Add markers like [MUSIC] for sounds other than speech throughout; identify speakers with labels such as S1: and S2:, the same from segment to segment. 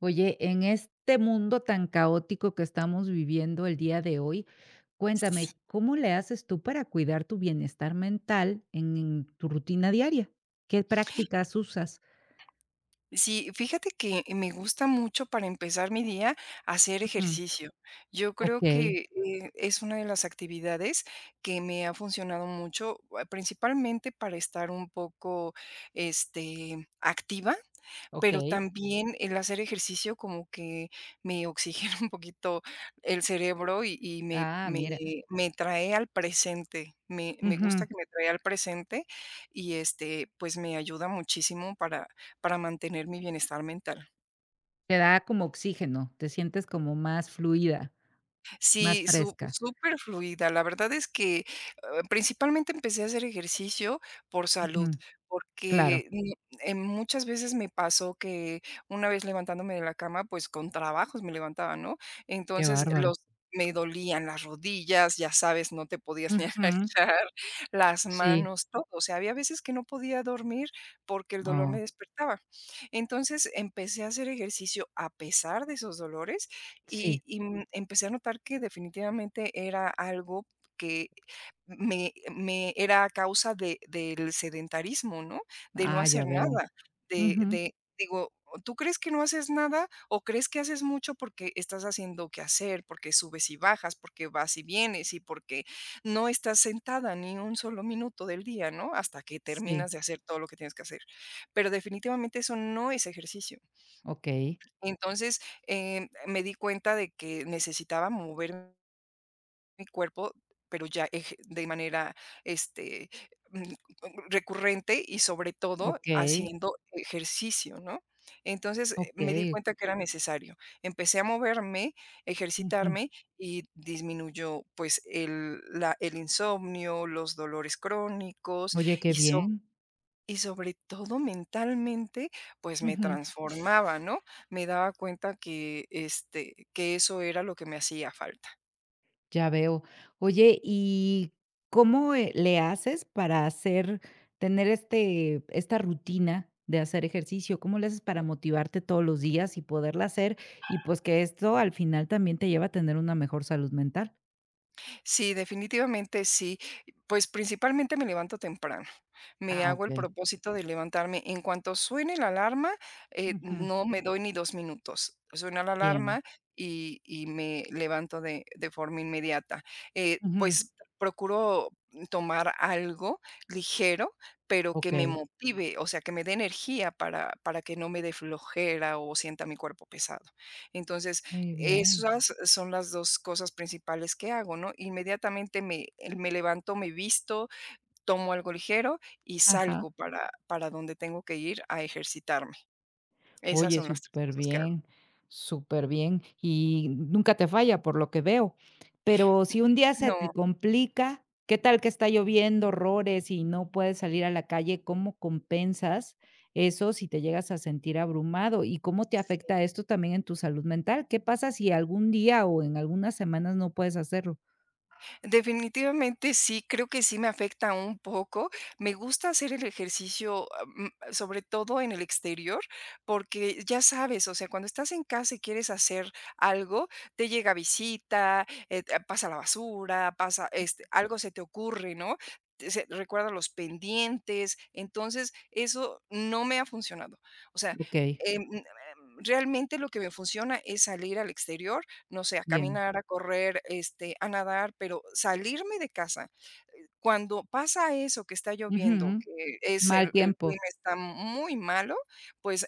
S1: Oye, en este mundo tan caótico que estamos viviendo el día de hoy, cuéntame, ¿cómo le haces tú para cuidar tu bienestar mental en tu rutina diaria? ¿Qué prácticas usas?
S2: Sí, fíjate que me gusta mucho para empezar mi día hacer
S1: Ujú.
S2: ejercicio. Yo creo
S1: Okey,
S2: que es una de las actividades que me ha funcionado mucho, principalmente para estar un poco, activa, pero
S1: okey.
S2: también el hacer ejercicio como que me oxigena [LAUGHS] un poquito el cerebro y y me
S1: Ah,
S2: me
S1: mira.
S2: me trae al presente. Me
S1: Ujú.
S2: gusta que me trae al presente y, pues, me ayuda muchísimo para mantener mi bienestar mental.
S1: Te da como oxígeno, te sientes como más fluida, más
S2: Sí, su
S1: fresca.
S2: súper fluida. La verdad es que, principalmente empecé a hacer ejercicio por salud,
S1: Ujú, claro.
S2: porque, muchas veces me pasó que una vez levantándome de la cama, pues, con trabajos me levantaba, ¿no?
S1: Qué
S2: Entonces,
S1: bárbaro.
S2: los me dolían las rodillas, ya sabes, no te podías ni [LAUGHS]
S1: Ujú.
S2: agachar, las
S1: Sí.
S2: manos, todo. O sea, había veces que no podía dormir porque el dolor me
S1: Oh,
S2: despertaba. Entonces, empecé a hacer ejercicio a pesar de esos dolores y
S1: sí.
S2: y, mm, empecé a notar que definitivamente era algo que me era a causa de del sedentarismo, ¿no? De no
S1: Ah, ya
S2: hacer
S1: veo.
S2: nada, de
S1: Ujú.
S2: de digo, ¿tú crees que no haces nada o crees que haces mucho porque estás haciendo que hacer, porque subes y bajas, porque vas y vienes y porque no estás sentada ni un solo minuto del día, ¿no?, hasta que
S1: Sí.
S2: terminas de hacer todo lo que tienes que hacer? Pero definitivamente eso no es ejercicio.
S1: Okey,
S2: Entonces, me di cuenta de que necesitaba mover mi cuerpo, pero ya eje de manera, este, mm, recurrente y sobre todo
S1: okey.
S2: haciendo ejercicio, ¿no? Entonces, me di
S1: Okey,
S2: cuenta que era necesario. Empecé a moverme,
S1: ujú.
S2: ejercitarme y disminuyó, pues, el la el insomnio, los dolores crónicos
S1: Oye, qué
S2: y so
S1: bien.
S2: y sobre todo mentalmente, pues me
S1: Ujú,
S2: transformaba, ¿no? Me daba cuenta que, que eso era lo que me hacía falta.
S1: ya veo. Oye, ¿y cómo, le haces para hacer tener esta rutina de hacer ejercicio? ¿Cómo le haces para motivarte todos los días y poderla hacer? Y, pues, que esto al final también te lleva a tener una mejor salud mental.
S2: Sí, definitivamente sí. Pues principalmente me levanto temprano. Me
S1: Ah,
S2: hago el
S1: okey.
S2: propósito de levantarme. En cuanto suene la alarma,
S1: Ujú,
S2: no me doy ni 2 minutos. Suena la
S1: bien.
S2: alarma y me levanto de forma inmediata.
S1: Ujú,
S2: Pues, procuro tomar algo ligero, pero que me
S1: okey,
S2: motive, o sea, que me dé energía para que no me dé flojera o sienta mi cuerpo pesado. Entonces,
S1: muy bien.
S2: esas son las 2 cosas principales que hago, ¿no? Inmediatamente me levanto, me visto, tomo algo ligero y
S1: Ajá.
S2: salgo para donde tengo que ir a ejercitarme. Esas
S1: Oye,
S2: son las 3
S1: súper
S2: cosas que hago.
S1: bien, superbién, bien. Y nunca te falla, por lo que veo. Pero si un
S2: [LAUGHS]
S1: día se te
S2: No.
S1: complica, ¿qué tal que está lloviendo horrores y no puedes salir a la calle? ¿Cómo compensas eso si te llegas a sentir abrumado? ¿Y cómo te afecta esto también en tu salud mental? ¿Qué pasa si algún día o en algunas semanas no puedes hacerlo?
S2: Definitivamente sí, creo que sí me afecta un poco. Me gusta hacer el ejercicio, sobre todo en el exterior, porque ya sabes, o sea, cuando estás en casa y quieres hacer algo, te llega visita, pasa la basura, pasa, algo se te ocurre, ¿no? Recuerda los pendientes, entonces eso no me ha funcionado. O sea,
S1: Okey,
S2: em, em, realmente lo que me funciona es salir al exterior, no sé, a
S1: bien.
S2: caminar, a correr, a nadar, pero salirme de casa. Cuando pasa eso que está lloviendo,
S1: Ujú.
S2: que es
S1: Mal
S2: el
S1: tiempo.
S2: clima está muy malo, pues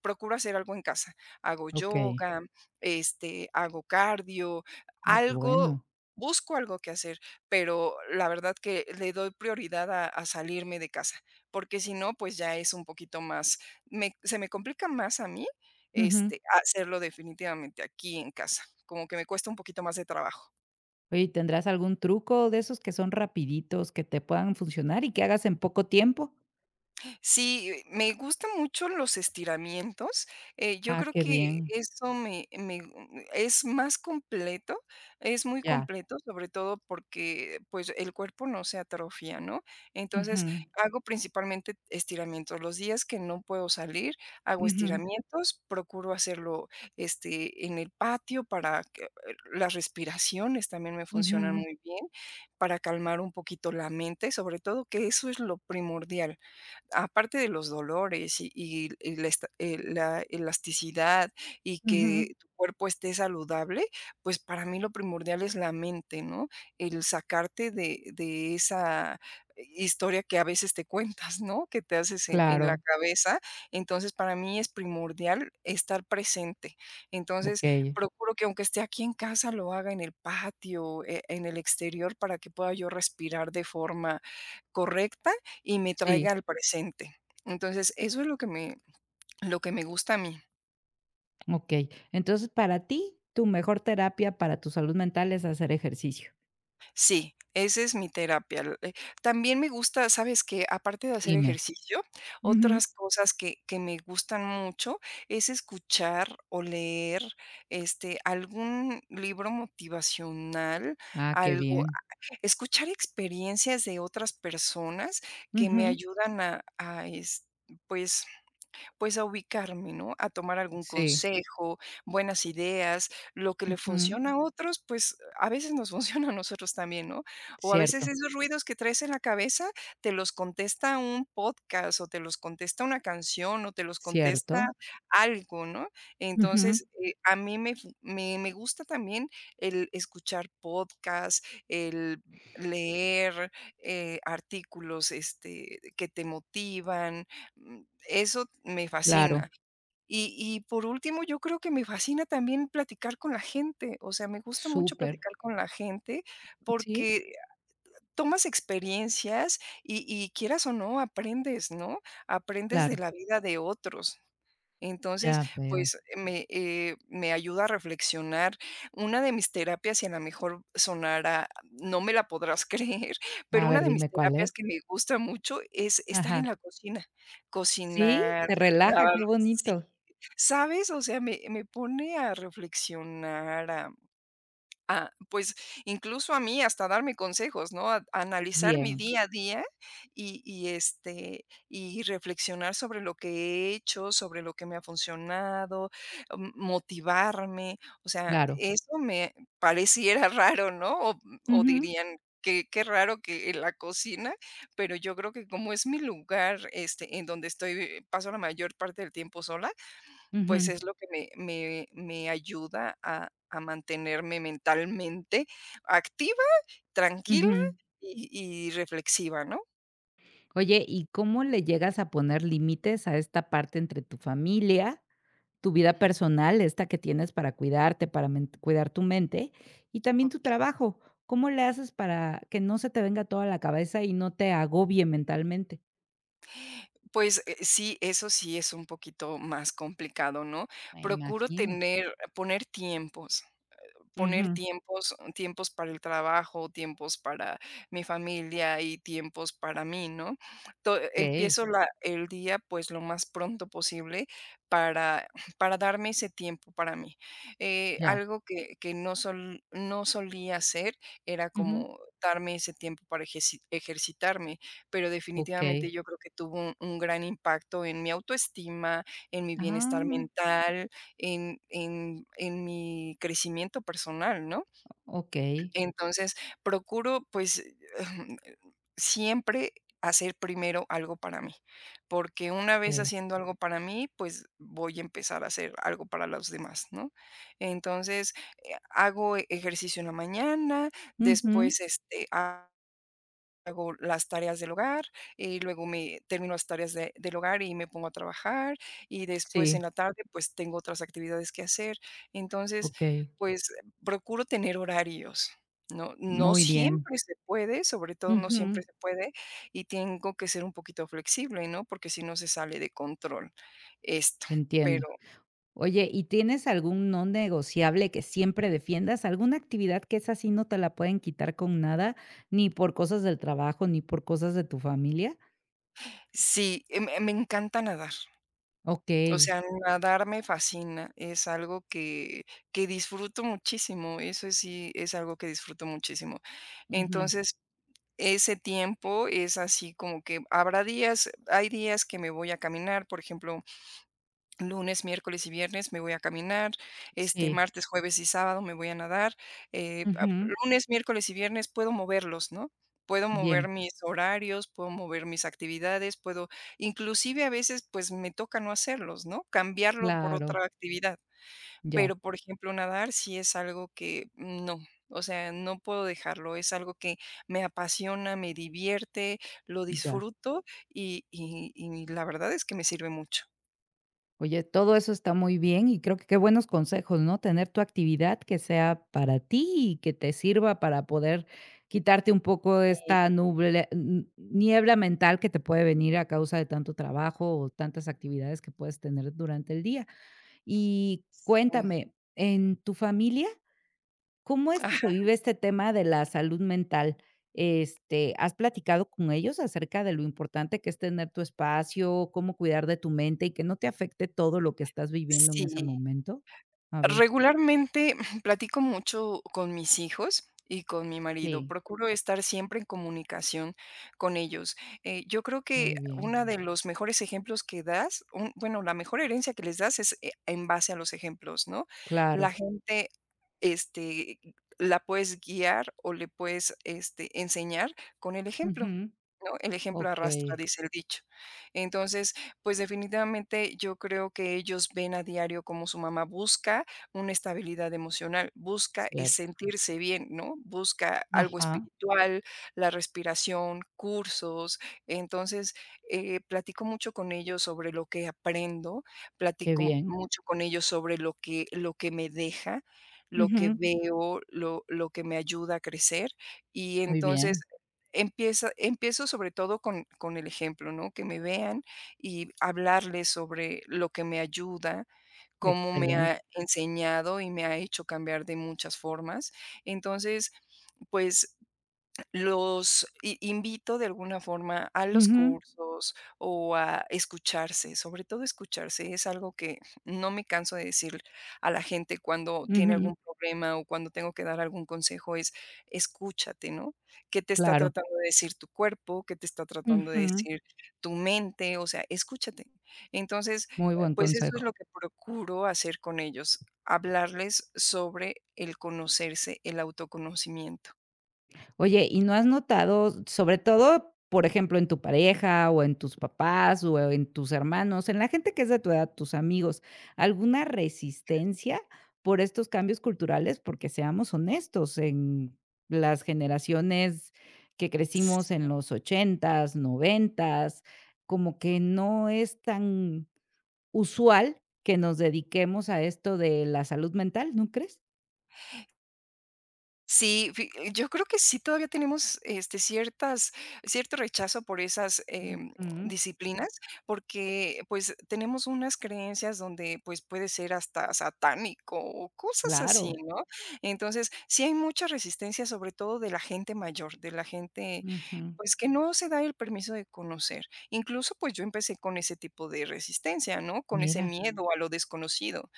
S2: procuro hacer algo en casa. Hago
S1: Okey.
S2: yoga, hago cardio,
S1: Ah, qué
S2: algo,
S1: bueno.
S2: busco algo que hacer, pero la verdad que le doy prioridad a salirme de casa, porque si no, pues ya es un poquito más, se me complica más a mí, hacerlo definitivamente aquí en casa, como que me cuesta un poquito más de trabajo.
S1: Oye, ¿y tendrás algún truco de esos que son rapiditos, que te puedan funcionar y que hagas en poco tiempo?
S2: Sí, me gustan mucho los estiramientos. Yo
S1: Ah,
S2: creo
S1: qué
S2: que
S1: bien.
S2: eso me, me gu- es más completo, es muy
S1: Ya.
S2: completo, sobre todo porque pues el cuerpo no se atrofia, ¿no? Entonces
S1: Ujú,
S2: hago principalmente estiramientos. Los días que no puedo salir, hago
S1: ujú,
S2: estiramientos, procuro hacerlo, en el patio para que las respiraciones también me funcionan
S1: ujú,
S2: muy bien, para calmar un poquito la mente, sobre todo que eso es lo primordial, aparte de los dolores y la esta la elasticidad y
S1: ujú.
S2: que tu cuerpo esté saludable. Pues, para mí lo primordial es la mente, ¿no? El sacarte de esa historia que a veces te cuentas, ¿no? Que te haces en la
S1: Claro,
S2: cabeza. Entonces, para mí es primordial estar presente. Entonces,
S1: okey.
S2: procuro que aunque esté aquí en casa, lo haga en el patio, en el exterior, para que pueda yo respirar de forma correcta y me
S1: Sí,
S2: traiga al presente. Entonces, eso es lo que me gusta a mí.
S1: okey. Entonces, para ti, tu mejor terapia para tu salud mental es hacer ejercicio.
S2: Sí, esa es mi terapia. L También me gusta, ¿sabes que Aparte de hacer
S1: Dime.
S2: ejercicio,
S1: Ujú.
S2: otras cosas que me gustan mucho es escuchar o leer, algún libro motivacional,
S1: Ah, qué
S2: algo,
S1: bien.
S2: escuchar experiencias de otras personas que me
S1: Ujú.
S2: ayudan a es, pues, pues a ubicarme, ¿no? A tomar algún
S1: Sí.
S2: consejo, buenas ideas, lo que le
S1: Ujú.
S2: funciona a otros, pues a veces nos [LAUGHS] funciona a nosotros también, ¿no? O a veces
S1: Cierto,
S2: esos ruidos que traes en la cabeza te los contesta un podcast o te los contesta una canción o te los contesta
S1: cierto.
S2: algo, ¿no?
S1: Ujú.
S2: Entonces, a mí me gusta también el escuchar podcasts, el leer artículos, que te motivan, mm, eso me
S1: Claro.
S2: fascina. Y por último, yo creo que me fascina también platicar con la gente, o sea, me gusta mucho
S1: Súper.
S2: platicar con la gente
S1: Sí,
S2: porque tomas experiencias y quieras o no, aprendes, ¿no? Aprendes de
S1: claro.
S2: la vida de otros. Entonces,
S1: Ya veo.
S2: pues, me ayuda a reflexionar. Una de mis terapias, y a lo mejor sonará, no me la podrás [LAUGHS] creer, pero
S1: A
S2: una
S1: ver,
S2: de mis
S1: dime cuál
S2: terapias
S1: es.
S2: que me gusta mucho es estar
S1: Ajá.
S2: en la cocina,
S1: Sí,
S2: cocinar,
S1: te relaja,
S2: lavar,
S1: qué
S2: sí,
S1: bonito.
S2: ¿sabes? O sea, me pone a reflexionar. Ah, pues, incluso a mí, hasta darme consejos, ¿no? A analizar mi
S1: Bien,
S2: día a día y este, y reflexionar sobre lo que he hecho, sobre lo que me ha funcionado, motivarme. O sea,
S1: claro.
S2: eso me pareciera [LAUGHS] raro, ¿no? O
S1: Ujú,
S2: dirían: Qué raro que en la cocina", pero yo creo que como es mi lugar, en donde estoy, paso la mayor parte del tiempo sola, pues
S1: ujú,
S2: es lo que me ayuda a mantenerme mentalmente activa, tranquila
S1: ujú.
S2: y reflexiva, ¿no?
S1: Oye, ¿y cómo le llegas a poner límites a esta parte entre tu familia, tu vida personal, esta que tienes para cuidarte, para men cuidar tu mente, y también tu
S2: Okey.
S1: trabajo? ¿Cómo le haces para que no se te venga toda la cabeza y no te agobie mentalmente?
S2: Pues, sí, eso sí es un poquito más complicado, ¿no?
S1: Me
S2: Procuro
S1: imagino.
S2: tener poner tiempos. Poner
S1: Ujú.
S2: tiempos, para el trabajo, tiempos para mi familia y tiempos para mí, ¿no? To
S1: Okey,
S2: Empiezo la el día, pues, lo más pronto posible para para darme ese tiempo para mí.
S1: ya.
S2: Algo que no sol no solía hacer era
S1: Ujú.
S2: como darme ese tiempo para ejeci ejercitarme, pero definitivamente
S1: Okey.
S2: yo creo que tuvo un gran impacto en mi autoestima, en mi bienestar
S1: Ah,
S2: mental, en en mi crecimiento personal, ¿no?
S1: okey.
S2: Entonces, procuro, pues, [SIGHS] [LAUGHS] siempre hacer primero algo para mí, porque una vez
S1: Eh.
S2: haciendo algo para mí, pues, voy a empezar a hacer algo para los demás, ¿no? Entonces, hago ejercicio en la mañana,
S1: Ujú.
S2: después, este, ha hago las tareas del hogar, y luego me termino las tareas de del hogar y me pongo a trabajar, y después en
S1: Sí.
S2: la tarde, pues, tengo otras actividades que hacer. Entonces,
S1: Okey,
S2: pues, procuro tener horarios, ¿no? No
S1: muy bien.
S2: siempre se puede, sobre todo no
S1: Ujú.
S2: siempre se puede, y tengo que ser un poquito flexible, ¿no? Porque si no se sale de control esto,
S1: Entiendo.
S2: pero
S1: Oye, ¿y tienes algún no negociable que siempre defiendas? ¿Alguna actividad que esa sí no te la pueden quitar con nada, ni por cosas del trabajo, ni por cosas de tu familia?
S2: sí, me me encanta nadar. O
S1: Okey.
S2: sea, nadar me fascina, es algo que disfruto muchísimo, eso sí es algo que disfruto muchísimo.
S1: Ujú.
S2: Entonces, ese tiempo es así como que habrá días, hay días que me voy a caminar, por ejemplo, lunes, miércoles y viernes me voy a caminar,
S1: Sí.
S2: martes, jueves y sábado me voy a nadar, ap
S1: Ujú.
S2: lunes, miércoles y viernes puedo moverlos, ¿no? Puedo mover
S1: Bien,
S2: mis horarios, puedo mover mis actividades, puedo inclusive a veces, pues, me toca no hacerlos, ¿no? Cambiarlo por
S1: claro.
S2: otra actividad.
S1: Ya,
S2: Pero, por ejemplo, nadar sí es algo que no, o sea, no puedo dejarlo, es algo que me apasiona, me divierte, lo
S1: ya.
S2: disfruto y la verdad es que me sirve mucho.
S1: Oye, todo eso está muy bien y creo que qué buenos consejos, ¿no? Tener tu actividad que sea para ti y que te sirva para poder quitarte un poco
S2: Eh,
S1: esta niebla mental que te puede venir a causa de tanto trabajo o tantas actividades que puedes tener durante el día. Y
S2: sí.
S1: cuéntame, ¿en tu familia cómo es que se
S2: Ajá,
S1: vive este tema de la salud mental? Este, ¿has platicado con ellos acerca de lo importante que es tener tu espacio, cómo cuidar de tu mente y que no te afecte todo lo que estás viviendo en ese
S2: sí.
S1: momento? A ver,
S2: Regularmente [LAUGHS] [CLEARS THROAT] platico mucho con mis hijos y con mi marido.
S1: sí,
S2: Procuro estar siempre en comunicación con ellos. Yo creo que
S1: muy bien,
S2: una de los mejores ejemplos que das, un bueno, la mejor herencia que les das es, en base a los ejemplos, ¿no? La
S1: claro.
S2: gente, este, la puedes guiar o le puedes, enseñar con el ejemplo.
S1: Ujú,
S2: ¿No? El ejemplo arrastra,
S1: okey,
S2: dice el dicho. Entonces, pues definitivamente yo creo que ellos ven a diario cómo su mamá busca una estabilidad emocional, busca es
S1: cierto.
S2: sentirse bien, ¿no? Busca algo
S1: Ajá,
S2: espiritual, la respiración, cursos. Entonces, platico mucho con ellos sobre lo que aprendo,
S1: qué
S2: platico
S1: bien.
S2: mucho con ellos sobre lo que me deja, lo que
S1: Ujú,
S2: veo, lo que me ayuda a crecer. Y
S1: muy
S2: entonces
S1: bien,
S2: Empieza empiezo sobre todo con el ejemplo, ¿no? Que me vean y hablarles sobre lo que me ayuda, cómo me
S1: excelente.
S2: ha enseñado y me ha hecho cambiar de muchas formas. Entonces, pues, los i invito de alguna forma a los
S1: Ujú,
S2: cursos o a escucharse, sobre todo escucharse, es algo que no me canso de decir a la gente cuando tiene
S1: ujú,
S2: algún problema o cuando tengo que dar algún consejo, es escúchate, ¿no? ¿Qué te está
S1: claro.
S2: tratando de decir tu cuerpo? ¿Qué te está tratando de
S1: Ujú,
S2: decir tu mente? O sea, escúchate. Entonces,
S1: muy buen
S2: pues eso es
S1: consejo.
S2: lo que procuro hacer con ellos, hablarles sobre el conocerse, el autoconocimiento.
S1: Oye, ¿y no has notado, sobre todo, por ejemplo, en tu pareja o en tus papás o en tus hermanos, en la gente que es de tu edad, tus amigos, alguna resistencia por estos cambios culturales? Porque seamos honestos, en las generaciones que crecimos en los ochentas, noventas, como que no es tan usual que nos dediquemos a esto de la salud mental, ¿no crees?
S2: Sí, fi yo creo que sí todavía tenemos, ciertas cierto rechazo por esas,
S1: Ujú, claro.
S2: disciplinas, porque, pues, tenemos unas creencias donde, pues, puede ser hasta satánico o cosas así,
S1: Claro.
S2: ¿no? Entonces, sí hay mucha resistencia, sobre todo de la gente mayor, de la gente,
S1: Ujú.
S2: pues, que no se da el permiso de conocer. Incluso, pues, yo empecé con ese tipo de resistencia, ¿no? Con ese Sí.
S1: Mira.
S2: miedo a lo desconocido.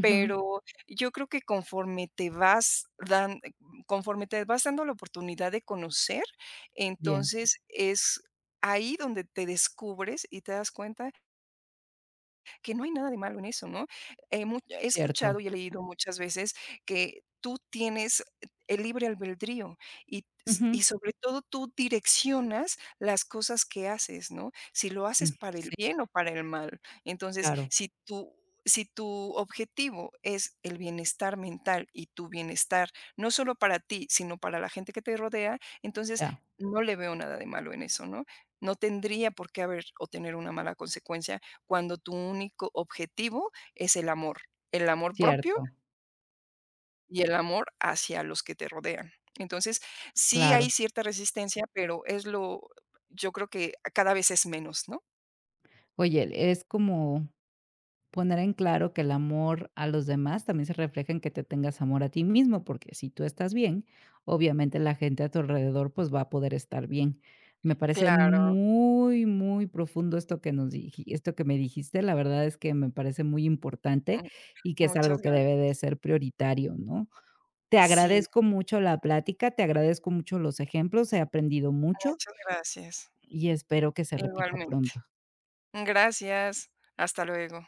S2: Pero yo creo que conforme te vas dando la oportunidad de conocer,
S1: Bien,
S2: entonces es ahí donde te descubres y te das cuenta que no hay nada de malo en eso, ¿no? He escuchado
S1: cierto.
S2: y he leído muchas veces que tú tienes el libre albedrío y
S1: Ujú.
S2: y sobre todo tú direccionas las cosas que haces, ¿no? Si lo
S1: Mm,
S2: haces para el
S1: sí,
S2: bien o para el mal. Entonces,
S1: claro,
S2: si tú... Si tu objetivo es el bienestar mental y tu bienestar, no solo para ti, sino para la gente que te rodea, entonces
S1: ya,
S2: no le veo nada de malo en eso, ¿no? No tendría por qué haber o tener una mala consecuencia cuando tu único objetivo es el amor propio
S1: cierto,
S2: y el amor hacia los que te rodean. Entonces, sí
S1: claro.
S2: hay cierta resistencia, pero es lo yo creo que cada vez es menos, ¿no?
S1: Oye, es como poner en claro que el amor a los demás también se refleja en que te tengas amor a ti mismo, porque si tú estás bien, obviamente la gente a tu alrededor, pues, va a poder estar bien. Me parece
S2: Claro,
S1: muy, muy profundo esto que nos diji esto que me dijiste, la verdad es que me parece muy importante
S2: mm,
S1: y que es
S2: muchas
S1: algo que
S2: gracias.
S1: debe de ser prioritario, ¿no? Te
S2: Sí,
S1: agradezco mucho la plática, te agradezco mucho los ejemplos, he aprendido mucho
S2: muchas gracias.
S1: y espero que se repita
S2: Igualmente.
S1: pronto.
S2: Gracias. Hasta luego.